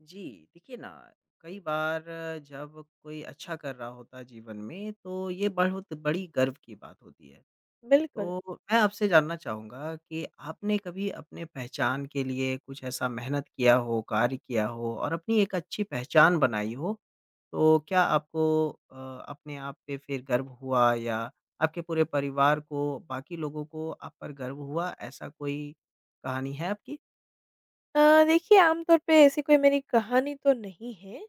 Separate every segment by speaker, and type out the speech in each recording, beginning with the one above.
Speaker 1: जी, देखिए ना कई बार जब कोई अच्छा कर रहा होता है जीवन में तो ये बहुत बड़ी गर्व की बात होती है।
Speaker 2: बिल्कुल।
Speaker 1: तो मैं आपसे जानना चाहूँगा कि आपने कभी अपने पहचान के लिए कुछ ऐसा मेहनत किया हो, कार्य किया हो और अपनी एक अच्छी पहचान बनाई हो? तो क्या आपको अपने आप पे फिर गर्व हुआ या आपके पूरे परिवार को, बाकी लोगों को आप पर गर्व हुआ? ऐसा कोई कहानी है आपकी?
Speaker 2: देखिए आम तौर पे ऐसी कोई मेरी कहानी तो नहीं है,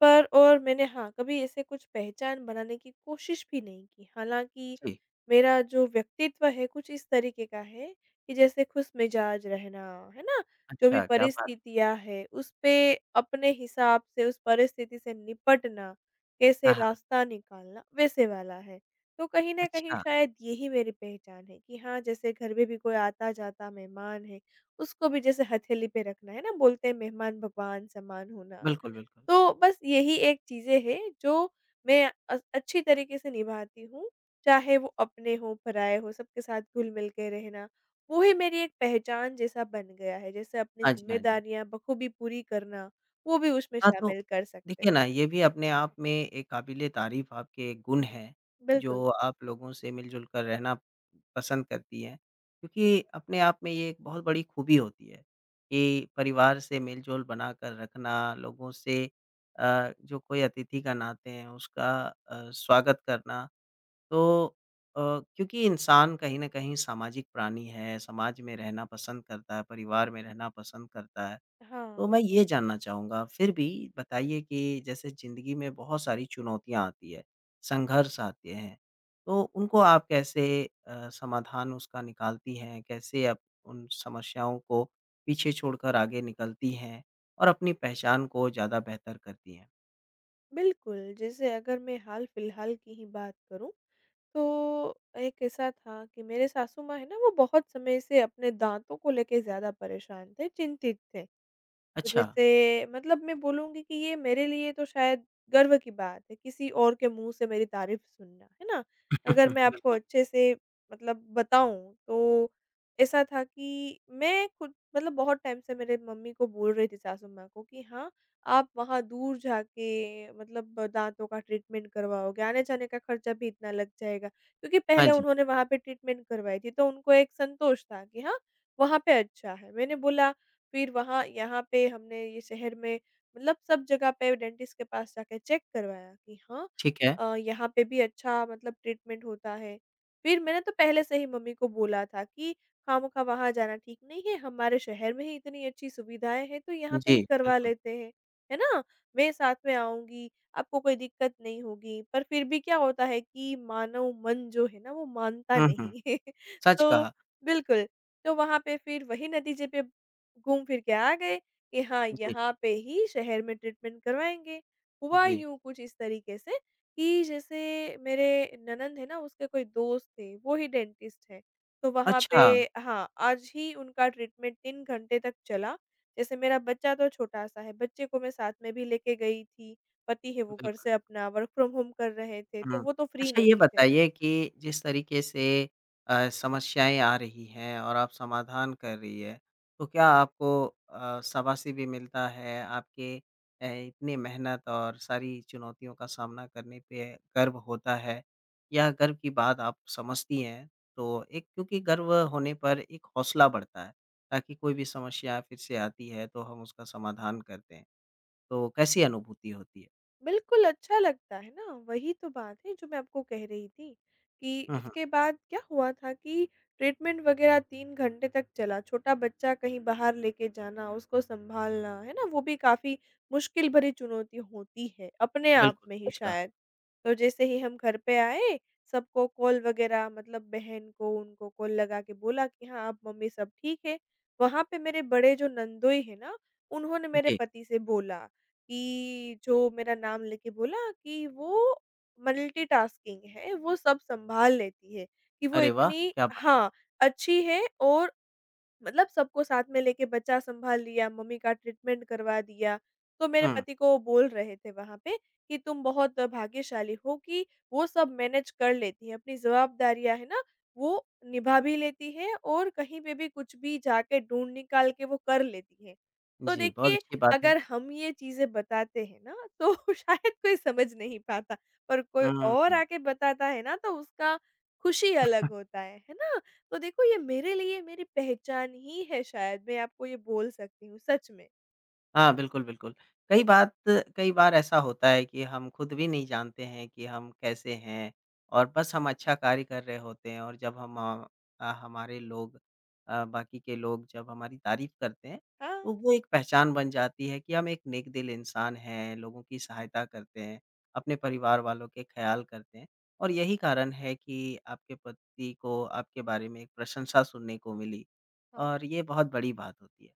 Speaker 2: पर और मैंने हाँ, कभी ऐसे कुछ पहचान बनाने की कोशिश भी नहीं की। हालाँकि
Speaker 1: जी,
Speaker 2: मेरा जो व्यक्तित्व है कुछ इस तरीके का है कि जैसे खुशमिजाज रहना, है ना? जो भी
Speaker 1: अच्छा क्या बात है।
Speaker 2: परिस्थितियाँ हैं उस पे अपने हिसाब से उस परिस्थिति से निपटना, कैसे
Speaker 1: हाँ, हाँ।
Speaker 2: रास्ता निकालना, वैसे वाला है। तो कहीं न कहीं
Speaker 1: अच्छा।
Speaker 2: शायद यही मेरी पहचान है कि हाँ, जैसे घर में भी कोई आता-जाता मेहमान है उसको भी जैसे हथेली पे रखना, है ना? बोलते हैं मेहमान भगवान समान होना।
Speaker 1: बिल्कुल, बिल्कुल।
Speaker 2: तो बस यही एक चीज़ें हैं जो मैं अच्छी तरीके से निभाती हूँ, चाहे वो अपने हों, पराए हों, सबके साथ घुल-मिल के रहना। वो ही मेरी एक पहचान जैसा बन गया है, जैसे अपनी
Speaker 1: हाँ जी, हाँ जी।
Speaker 2: ज़िम्मेदारियाँ बखूबी पूरी करना, वो भी उसमें
Speaker 1: हाँ, तो
Speaker 2: शामिल कर सकते हैं।
Speaker 1: देखिए ना, ये भी अपने आप में एक काबिल-ए-तारीफ़ आपके गुण हैं,
Speaker 2: बिल्कुल।
Speaker 1: जो आप लोगों से मिल-जुल कर रहना पसंद करती हैं, क्योंकि अपने आप में ये एक बहुत बड़ी खूबी होती है कि परिवार से मेल-जोल बनाकर रखना, लोगों से जो कोई अतिथि का नाते हैं, उसका स्वागत करना। तो अ, क्योंकि इंसान कहीं न कहीं सामाजिक प्राणी है, समाज में रहना पसंद करता है, परिवार में रहना पसंद करता है।
Speaker 2: हाँ,
Speaker 1: तो मैं ये जानना चाहूँगा, फिर भी बताइए कि जैसे ज़िंदगी में बहुत सारी चुनौतियाँ आती है, संघर्ष आते हैं, तो उनको आप कैसे समाधान उसका निकालती हैं? कैसे आप उन समस्याओं को पीछे छोड़कर आगे निकलती हैं और अपनी पहचान को ज़्यादा बेहतर करती हैं?
Speaker 2: बिल्कुल। जैसे अगर मैं हाल-फिलहाल की ही बात करूँ तो एक ऐसा था कि मेरे सासू माँ है ना वो बहुत समय से अपने दाँतों को लेके ज़्यादा परेशान थे, चिंतित थे। तो
Speaker 1: अच्छा,
Speaker 2: जैसे मतलब मैं बोलूँगी कि ये मेरे लिए तो शायद गर्व की बात है, किसी और के मुँह से मेरी तारीफ़ सुनना, है ना? अगर मैं आपको
Speaker 1: बिल
Speaker 2: अच्छे से मतलब बताऊँ तो ऐसा था कि मैं खुद मतलब बहुत टाइम से मेरे मम्मी को बोल रही थी सासू माँ को कि हाँ, आप वहाँ दूर जाके मतलब दाँतों का ट्रीटमेंट करवाओगे, आने-जाने का खर्चा भी इतना लग जाएगा। क्योंकि
Speaker 1: हाँ
Speaker 2: पहले
Speaker 1: जी,
Speaker 2: उन्होंने वहाँ पे ट्रीटमेंट करवाई थी, तो उनको एक संतोष था कि हाँ, वहाँ पे अच्छा है। मैंने बोला फिर वहाँ यहाँ पे हमने ये शहर में मतलब सब जगह पे डेंटिस्ट के पास जाके चेक करवाया कि हाँ
Speaker 1: ठीक है।
Speaker 2: यहाँ पे भी अच्छा मतलब ट्रीटमेंट होता है। फिर मैंने तो पहले से ही मम्मी को बोला था कि खामख़ा वहाँ जाना ठीक नहीं है, हमारे शहर में ही इतनी अच्छी सुविधाएँ हैं, तो यहाँ पे
Speaker 1: जी,
Speaker 2: ही करवा
Speaker 1: बिल्कुल।
Speaker 2: लेते हैं। है ना? मैं साथ में आऊँगी, आपको कोई दिक्कत नहीं होगी। पर फिर भी क्या होता है कि मानव मन जो है ना, वो मानता
Speaker 1: हुँ, हुँ,
Speaker 2: नहीं है।
Speaker 1: सच
Speaker 2: तो
Speaker 1: कहा।
Speaker 2: बिल्कुल, तो वहाँ पे फिर वही नतीजे पे घूम फिर के आ गए कि हाँ,
Speaker 1: जी,
Speaker 2: यहाँ पे ही शहर में ट्रीटमेंट करवाएँगे। हुआ
Speaker 1: जी।
Speaker 2: यूँ कुछ इस तरीके से कि जैसे मेरे ननंद है ना, उसके कोई दोस्त थे, वो ही डेंटिस्ट हैं। तो वहाँ पे
Speaker 1: अच्छा,
Speaker 2: हाँ, आज ही उनका ट्रीटमेंट 3 घंटे तक चला। जैसे मेरा बच्चा तो छोटा-सा है, बच्चे को मैं साथ में भी लेके गई थी। पति है वो घर
Speaker 1: बिल्कुल।
Speaker 2: से अपना वर्क फ्रॉम होम कर रहे थे, तो
Speaker 1: हाँ।
Speaker 2: वो तो फ्री
Speaker 1: अच्छा ये
Speaker 2: नहीं थे।
Speaker 1: बताइए कि जिस तरीके से समस्याएँ आ रही हैं और आप समाधान कर रही है, तो क्या आपको शाबाशी भी मिलता है? आपके इतनी मेहनत और सारी चुनौतियों का सामना करने पे गर्व होता है? या गर्व की बात आप समझती हैं? तो एक क्योंकि गर्व होने पर एक हौसला बढ़ता है, ताकि कोई भी समस्या फिर से आती है तो हम उसका समाधान कर दें। तो कैसी अनुभूति होती है?
Speaker 2: बिल्कुल, अच्छा लगता है ना, वही तो बात है जो मैं आपको कह रही थी कि
Speaker 1: हुँ, हुँ।
Speaker 2: उसके बाद क्या हुआ था कि ट्रीटमेंट वग़ैरह 3 घंटे तक चला, छोटा बच्चा कहीं बाहर लेके जाना, उसको सँभालना, है ना? वो भी काफ़ी मुश्किल भरी चुनौती होती है, अपने आप
Speaker 1: बिल्कुल,
Speaker 2: में ही
Speaker 1: सच कहा।
Speaker 2: शायद। तो जैसे ही हम घर पे आए, सबको कॉल वग़ैरह मतलब बहन को, उनको कॉल लगा के बोला कि हाँ, अब मम्मी सब ठीक है। वहाँ पे मेरे बड़े जो नंदोई हैं ना, उन्होंने मेरे
Speaker 1: जी।
Speaker 2: पति से बोला कि जो मेरा नाम लेके बोला कि वो मल्टीटास्किंग है, वो सब सँभाल लेती है, कि वो
Speaker 1: अरे वाह!
Speaker 2: इतनी
Speaker 1: क्या बात है।
Speaker 2: हाँ, अच्छी है और मतलब सबको साथ में लेके बच्चा सँभाल लिया, मम्मी का ट्रीटमेंट करवा दिया। तो मेरे
Speaker 1: हुँ,
Speaker 2: पति को वो बोल रहे थे वहाँ पे कि तुम बहुत भाग्यशाली हो कि वो सब मैनेज कर लेती है, अपनी ज़िम्मेदारियाँ है ना, वो निभा भी लेती है और कहीं पे भी कुछ भी जाके ढूँढ निकाल के वो कर लेती है। तो
Speaker 1: जी, बहुत
Speaker 2: देखिए,
Speaker 1: अच्छी बात है।
Speaker 2: अगर हम ये चीज़ें बताते हैं ना, तो शायद कोई समझ नहीं पाता, पर कोई
Speaker 1: हुँ, हुँ,
Speaker 2: और
Speaker 1: हुँ।
Speaker 2: आके बताता है ना, तो उसका खुशी अलग होता है ना? तो देखो ये मेरे लिए मेरी पहचान ही है शायद मैं आपको ये बोल सकती हूँ सच में।
Speaker 1: हाँ, बिल्कुल, बिल्कुल। कई बात कई बार ऐसा होता है कि हम खुद भी नहीं जानते हैं कि हम कैसे हैं और बस हम अच्छा कार्य कर रहे होते हैं और जब हम हमारे लोग बाकी के लोग जब हमारी तारीफ़ करते हैं,
Speaker 2: हाँ।
Speaker 1: तो वो एक पहचान बन जाती है कि हम एक नेक-दिल इंसान हैं, लोगों की सहायता करते हैं, अपने परिवार वालों के ख़्याल करते हैं और यही कारण है कि आपके पति को आपके बारे में एक प्रशंसा सुनने को मिली
Speaker 2: हाँ।
Speaker 1: और ये बहुत बड़ी बात होती है।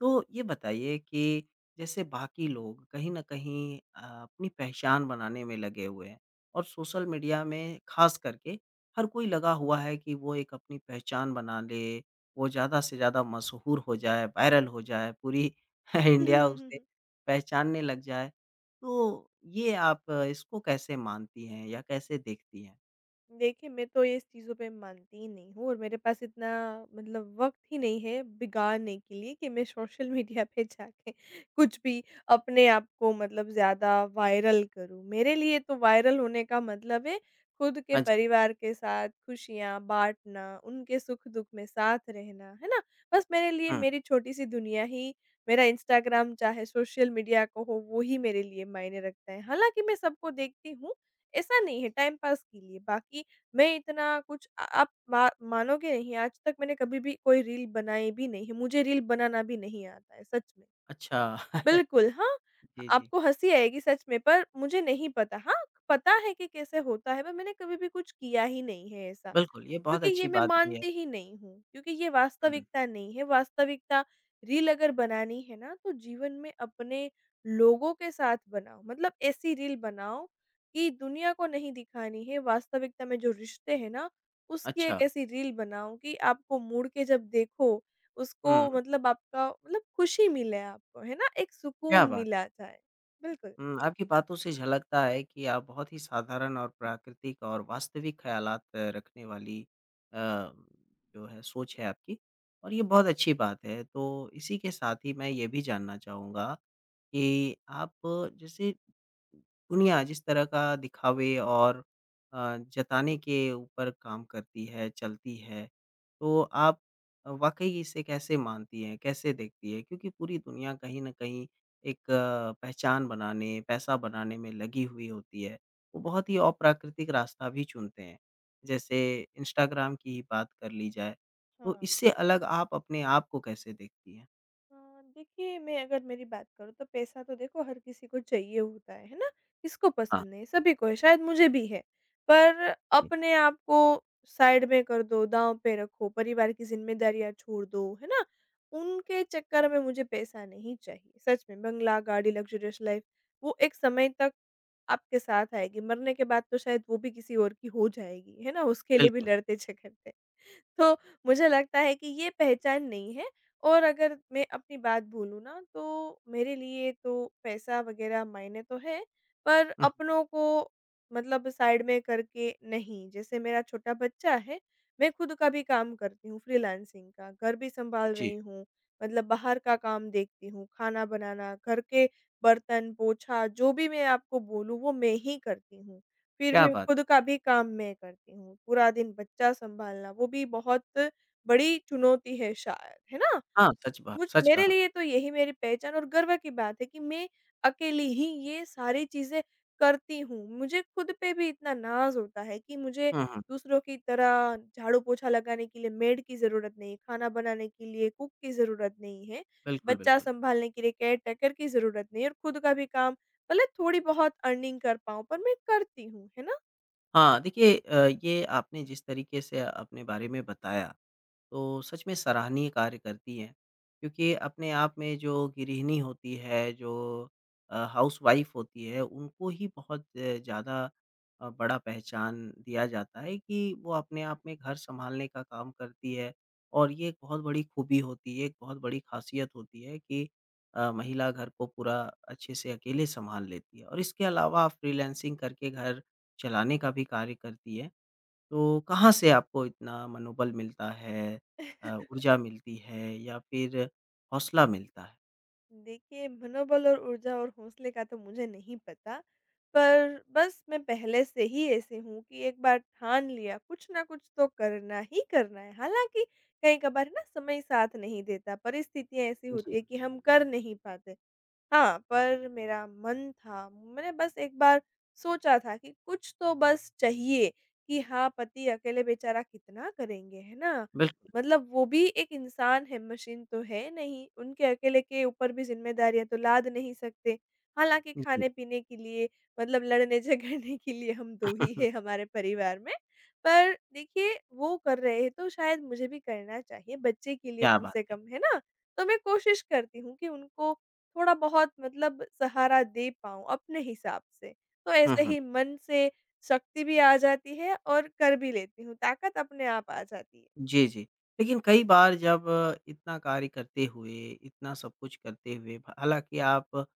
Speaker 1: तो ये बताइए कि जैसे बाकी लोग कहीं न कहीं अपनी पहचान बनाने में लगे हुए हैं और सोशल मीडिया में ख़ास करके हर कोई लगा हुआ है कि वो एक अपनी पहचान बना ले, वो ज़्यादा से ज़्यादा मशहूर हो जाए, वायरल हो जाए, पूरी इंडिया उसे पहचानने लग जाए। तो ये आप इसको कैसे मानती हैं या कैसे देखती हैं?
Speaker 2: देखिए, मैं तो इस चीज़ों पे मानती ही नहीं हूँ और मेरे पास इतना मतलब वक़्त ही नहीं है बिगाड़ने के लिए कि मैं सोशल मीडिया पे जाके कुछ भी अपने आप को मतलब ज़्यादा वायरल करूँ। मेरे लिए तो वायरल होने का मतलब है खुद के
Speaker 1: हाँ जी।
Speaker 2: परिवार के साथ खुशियाँ बाँटना, उनके सुख-दुख में साथ रहना, है ना? बस मेरे लिए
Speaker 1: हुँ,
Speaker 2: मेरी छोटी-सी दुनिया ही मेरा इंस्टाग्राम चाहे सोशल मीडिया को हो, वो ही मेरे लिए मायने रखता है। हालाँकि मैं सबको देखती हूँ ऐसा नहीं है टाइम पास के लिए, बाकी मैं इतना कुछ आप मा मानोगे नहीं आज तक मैंने कभी भी कोई रील बनाई भी नहीं है, मुझे रील बनाना भी नहीं आता है सच में।
Speaker 1: अच्छा।
Speaker 2: बिल्कुल, हाँ,
Speaker 1: जी, जी।
Speaker 2: आपको हँसी आएगी सच में पर मुझे नहीं पता। हाँ, पता है कि कैसे होता है पर मैंने कभी भी कुछ किया ही नहीं है ऐसा।
Speaker 1: बिल्कुल, ये बहुत
Speaker 2: क्योंकि ये
Speaker 1: अच्छी
Speaker 2: मैं
Speaker 1: बात भी है।
Speaker 2: मानती ही नहीं हूँ, क्योंकि ये
Speaker 1: हुँ,
Speaker 2: वास्तविकता नहीं है, वास्तविकता रील अगर बनानी है ना तो जीवन में अपने लोगों के साथ बनाओ। मतलब ऐसी रील बनाओ कि दुनिया को नहीं दिखानी है, वास्तविकता में जो रिश्ते हैं ना, उसकी
Speaker 1: अच्छा।
Speaker 2: एक ऐसी रील बनाओ कि आपको मुड़ के जब देखो, उसको
Speaker 1: हुँ,
Speaker 2: मतलब आपका मतलब खुशी मिले आपको, है ना? एक
Speaker 1: क्या
Speaker 2: सुकून
Speaker 1: बात!
Speaker 2: मिला जाए। बिल्कुल।
Speaker 1: हुँ, आपकी बातों से झलकता है कि आप बहुत ही साधारण और प्राकृतिक और वास्तविक ख़्यालात रखने वाली जो है सोच है आपकी और ये बहुत अच्छी बात है। तो इसी के साथ ही मैं ये भी जानना चाहूँगा कि आप जैसे दुनिया जिस तरह का दिखावे और जताने के ऊपर काम करती है, चलती है, तो आप वाक़ई इसे कैसे मानती हैं, कैसे देखती हैं? क्योंकि पूरी दुनिया कहीं न कहीं एक पहचान बनाने, पैसा बनाने में लगी हुई होती है। वो बहुत ही अप्राकृतिक रास्ता भी चुनते हैं। जैसे इंस्टाग्राम की ही बात कर ली जाए, तो
Speaker 2: हाँ।
Speaker 1: इससे अलग आप अपने आप को कैसे देखती हैं?
Speaker 2: अ, देखिए मैं अगर मेरी बात करूँ तो पैसा तो देखो हर किसी को चाहिए होता है ना? किसको
Speaker 1: हाँ,
Speaker 2: पसंद नहीं, सभी को है, शायद मुझे भी है। पर
Speaker 1: जी,
Speaker 2: अपने आप को साइड में कर दो, दाँव पे रखो, परिवार की ज़िम्मेदारियाँ छोड़ दो, है ना? उनके चक्कर में मुझे पैसा नहीं चाहिए। सच में बंगला, गाड़ी, लग्ज़रियस लाइफ़ वो एक समय तक आपके साथ आएगी, मरने के बाद तो शायद वो भी किसी और की हो जाएगी, है ना? उसके लिए भी
Speaker 1: बिल्कुल।
Speaker 2: लड़ते-झगड़ते। तो मुझे लगता है कि ये पहचान नहीं है और अगर मैं अपनी बात बोलूँ ना तो मेरे लिए तो पैसा वग़ैरह मायने तो है, पर
Speaker 1: हुँ,
Speaker 2: अपनों को मतलब साइड में करके नहीं। जैसे मेरा छोटा बच्चा है, मैं खुद का भी काम करती हूँ फ्रीलांसिंग का, घर भी सँभाल
Speaker 1: जी,
Speaker 2: रही हूँ, मतलब बाहर का काम देखती हूँ, खाना बनाना, घर के बर्तन, पोछा जो भी मैं आपको बोलूँ वो मैं ही करती हूँ। फिर
Speaker 1: क्या
Speaker 2: भी
Speaker 1: बात
Speaker 2: खुद
Speaker 1: है।
Speaker 2: का भी काम मैं करती हूँ। पूरा दिन बच्चा सँभालना वो भी बहुत बड़ी चुनौती है शायद, है ना?
Speaker 1: हाँ, सच बात
Speaker 2: मुझ
Speaker 1: सच
Speaker 2: मेरे
Speaker 1: कहा।
Speaker 2: लिए तो यही मेरी पहचान और गर्व की बात है कि मैं अकेली ही ये सारी चीज़ें करती हूँ। मुझे खुद पे भी इतना नाज़ होता है कि मुझे
Speaker 1: हुँ, हुँ,
Speaker 2: दूसरों की तरह झाड़ू-पोछा लगाने के लिए मेड की ज़रूरत नहीं, खाना बनाने के लिए कुक की ज़रूरत नहीं है,
Speaker 1: बिल्कुल,
Speaker 2: बच्चा
Speaker 1: बिल्कुल।
Speaker 2: सँभालने के लिए केयर टेकर की ज़रूरत नहीं है और खुद का भी काम भले थोड़ी-बहुत अर्निंग कर पाऊँ पर मैं करती हूँ, है ना?
Speaker 1: हाँ, देखिए ये आपने जिस तरीके से अपने बारे में बताया तो सच में सराहनीय कार्य करती हैं, क्योंकि अपने आप में जो गृहिणी होती है, जो हाउसवाइफ़ होती है, उनको ही बहुत ज़्यादा बड़ा पहचान दिया जाता है कि वो अपने आप में घर सँभालने का काम करती है और ये एक बहुत बड़ी खूबी होती है, एक बहुत बड़ी ख़ासियत होती है कि महिला घर को पूरा अच्छे से अकेले सँभाल लेती है और इसके अलावा आप फ्रीलांसिंग करके घर चलाने का भी कार्य करती है। तो कहाँ से आपको इतना मनोबल मिलता है ऊर्जा मिलती है या फिर हौसला मिलता है?
Speaker 2: देखिए, मनोबल और ऊर्जा और हौसले का तो मुझे नहीं पता। पर बस मैं पहले से ही ऐसी हूँ कि एक बार ठान लिया, कुछ ना कुछ तो करना ही करना है। हालाँकि कई-कभार ना समय साथ नहीं देता, परिस्थितियाँ ऐसी
Speaker 1: जी,
Speaker 2: होती हैं कि हम कर नहीं पाते। हाँ, पर मेरा मन था, मैंने बस एक बार सोचा था कि कुछ तो बस चाहिए कि हाँ, पति अकेले बेचारा कितना करेंगे, है ना?
Speaker 1: बिल्कुल,
Speaker 2: मतलब वो भी एक इंसान है, मशीन तो है नहीं, उनके अकेले के ऊपर भी ज़िम्मेदारियाँ तो लाद नहीं सकते। हालाँकि
Speaker 1: जी।
Speaker 2: खाने-पीने के लिए मतलब लड़ने-झगड़ने के लिए हम 2 ही हैं हमारे परिवार में। पर देखिए, वो कर रहे हैं तो शायद मुझे भी करना चाहिए, बच्चे के लिए
Speaker 1: क्या
Speaker 2: कम
Speaker 1: बात
Speaker 2: से
Speaker 1: है!
Speaker 2: कम, है ना? तो मैं कोशिश करती हूँ कि उनको थोड़ा बहुत मतलब सहारा दे पाऊँ अपने हिसाब से। तो
Speaker 1: हुँ,
Speaker 2: ऐसे
Speaker 1: हुँ।
Speaker 2: ही मन से शक्ति भी आ जाती है और कर भी लेती हूँ, ताकत अपने आप आ जाती है।
Speaker 1: जी, जी। लेकिन कई बार जब इतना कार्य करते हुए, इतना सब कुछ करते हुए, हालाँकि आप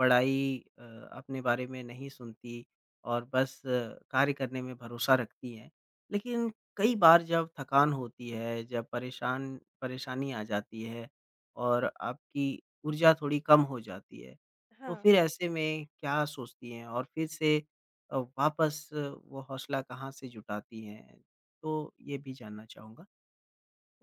Speaker 1: बड़ाई अपने बारे में नहीं सुनती और बस कार्य करने में भरोसा रखती हैं। लेकिन कई बार जब थकान होती है, जब परेशानी आ जाती है और आपकी ऊर्जा थोड़ी कम हो जाती है, तो
Speaker 2: हाँ।
Speaker 1: फिर ऐसे में क्या सोचती हैं? और फिर से वापस वो हौसला कहाँ से जुटाती हैं? तो ये भी जानना चाहूँगा।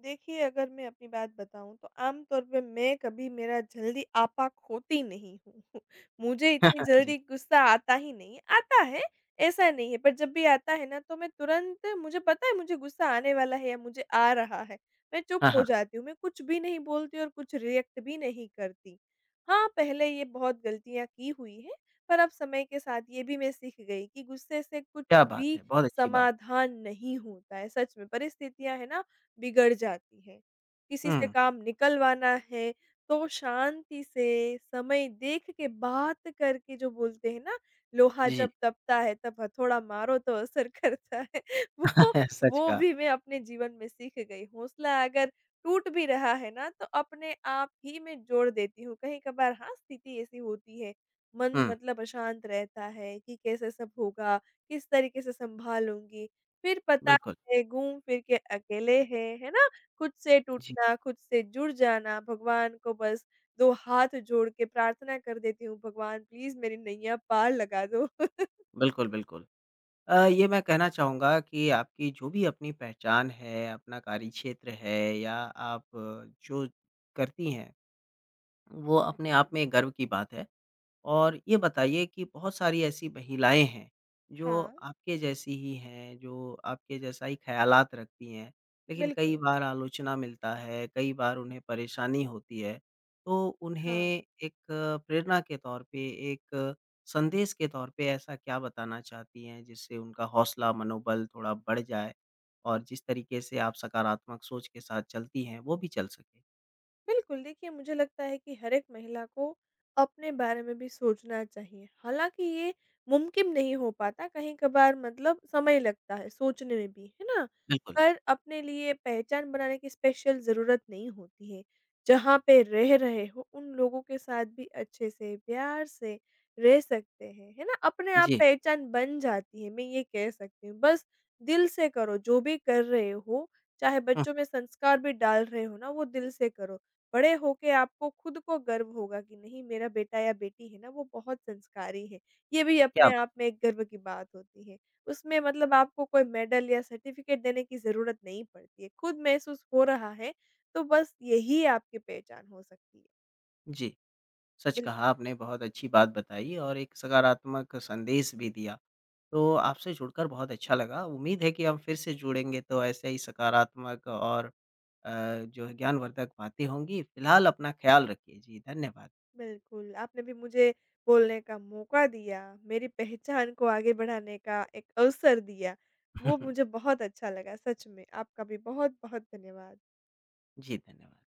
Speaker 2: देखिए, अगर मैं अपनी बात बताऊँ तो आम तौर पे मैं कभी मेरा जल्दी आपा खोती नहीं हूँ। मुझे
Speaker 1: हाँ,
Speaker 2: इतनी
Speaker 1: हाँ, जी।
Speaker 2: जल्दी गुस्सा आता ही नहीं है, आता है, ऐसा नहीं है पर जब भी आता है ना तो मैं तुरंत मुझे पता है मुझे गुस्सा आने वाला है या मुझे आ रहा है, मैं चुप
Speaker 1: हाँ,
Speaker 2: हो
Speaker 1: हाँ,
Speaker 2: जाती हूँ, मैं कुछ भी नहीं बोलती और कुछ रिएक्ट भी नहीं करती। हाँ, पहले ये बहुत गलतियाँ की हुई हैं, पर अब समय के साथ ये भी मैं सीख गई कि गुस्से से कुछ
Speaker 1: क्या बात
Speaker 2: भी
Speaker 1: है! बहुत अच्छी बात।
Speaker 2: समाधान नहीं होता है, सच में परिस्थितियाँ है ना बिगड़ जाती है। किसी से
Speaker 1: हुँ,
Speaker 2: काम निकलवाना है, तो शांति से समय देख के बात करके जो बोलते हैं ना, लोहा
Speaker 1: जी,
Speaker 2: जब तपता है तब हथौड़ा मारो तो असर करता है। वो
Speaker 1: सच कहा।
Speaker 2: भी मैं अपने जीवन में सीख गई। हौसला अगर टूट भी रहा है ना, तो अपने आप ही मैं जोड़ देती हूँ। कहीं-कभार हाँ, स्थिति ऐसी होती है, मन
Speaker 1: हुँ,
Speaker 2: मतलब अशांत रहता है कि कैसे सब होगा, किस तरीके से सँभालूँगी। फिर पता
Speaker 1: बिल्कुल।
Speaker 2: से घूम फिर के अकेले हैं, है ना? खुद से
Speaker 1: जी,
Speaker 2: टूटना, खुद से जुड़ जाना, भगवान को बस 2 हाथ जोड़ के प्रार्थना कर देती हूँ, भगवान प्लीज़ मेरी नैया पार लगा दो।
Speaker 1: बिल्कुल, बिल्कुल। ये मैं कहना चाहूँगा कि आपकी जो भी अपनी पहचान है, अपना कार्यक्षेत्र है या आप जो करती हैं, वो अपने आप में गर्व की बात है। और ये बताइए कि बहुत सारी ऐसी महिलाएँ हैं, जो
Speaker 2: हाँ,
Speaker 1: आपके जैसी ही हैं, जो आपके जैसा ही ख़्यालात रखती हैं, लेकिन कई
Speaker 2: बिल्कुल।
Speaker 1: बार आलोचना मिलता है, कई बार उन्हें परेशानी होती है। तो उन्हें
Speaker 2: हाँ।
Speaker 1: एक प्रेरणा के तौर पे, एक संदेश के तौर पे ऐसा क्या बताना चाहती हैं, जिससे उनका हौसला, मनोबल थोड़ा बढ़ जाए और जिस तरीके से आप सकारात्मक सोच के साथ चलती हैं, वो भी चल सके?
Speaker 2: बिल्कुल, देखिए मुझे लगता है कि हर एक महिला को अपने बारे में भी सोचना चाहिए। हालाँकि ये मुमकिन नहीं हो पाता कहीं कभार मतलब समय लगता है सोचने में भी, है ना?
Speaker 1: बिल्कुल।
Speaker 2: पर अपने लिए पहचान बनाने की स्पेशल ज़रूरत नहीं होती है। जहाँ पे रह रहे हो उन लोगों के साथ भी अच्छे से प्यार से रह सकते हैं, है ना? अपने आप
Speaker 1: जी।
Speaker 2: पहचान बन जाती है, मैं ये कह सकती हूँ। बस दिल से करो जो भी कर रहे हो, चाहे
Speaker 1: हुँ,
Speaker 2: बच्चों में संस्कार भी डाल रहे हो ना वो दिल से करो। बड़े होके आपको खुद को गर्व होगा कि नहीं मेरा बेटा या बेटी है ना वो बहुत संस्कारी है। ये भी
Speaker 1: क्या?
Speaker 2: अपने आप में एक गर्व की बात होती है। उसमें मतलब आपको कोई मेडल या सर्टिफ़िकेट देने की ज़रूरत नहीं पड़ती है। खुद महसूस हो रहा है तो बस यही आपकी पहचान हो सकती है।
Speaker 1: जी। सच
Speaker 2: बिल्क
Speaker 1: कहा आपने, बहुत अच्छी बात बताई और एक सकारात्मक संदेश भी दिया। तो आपसे जुड़कर बहुत अच्छा लगा। उम्मीद है कि हम फिर से जुड़ेंगे तो ऐसे ही सकारात्मक और अ, जो है ज्ञानवर्धक बातें होंगी। फिलहाल अपना ख्याल रखिए। जी, धन्यवाद।
Speaker 2: बिल्कुल, आपने भी मुझे बोलने का मौका दिया, मेरी पहचान को आगे बढ़ाने का एक अवसर दिया। वो मुझे बहुत अच्छा लगा सच में। आपका भी बहुत-बहुत धन्यवाद।
Speaker 1: जी, धन्यवाद।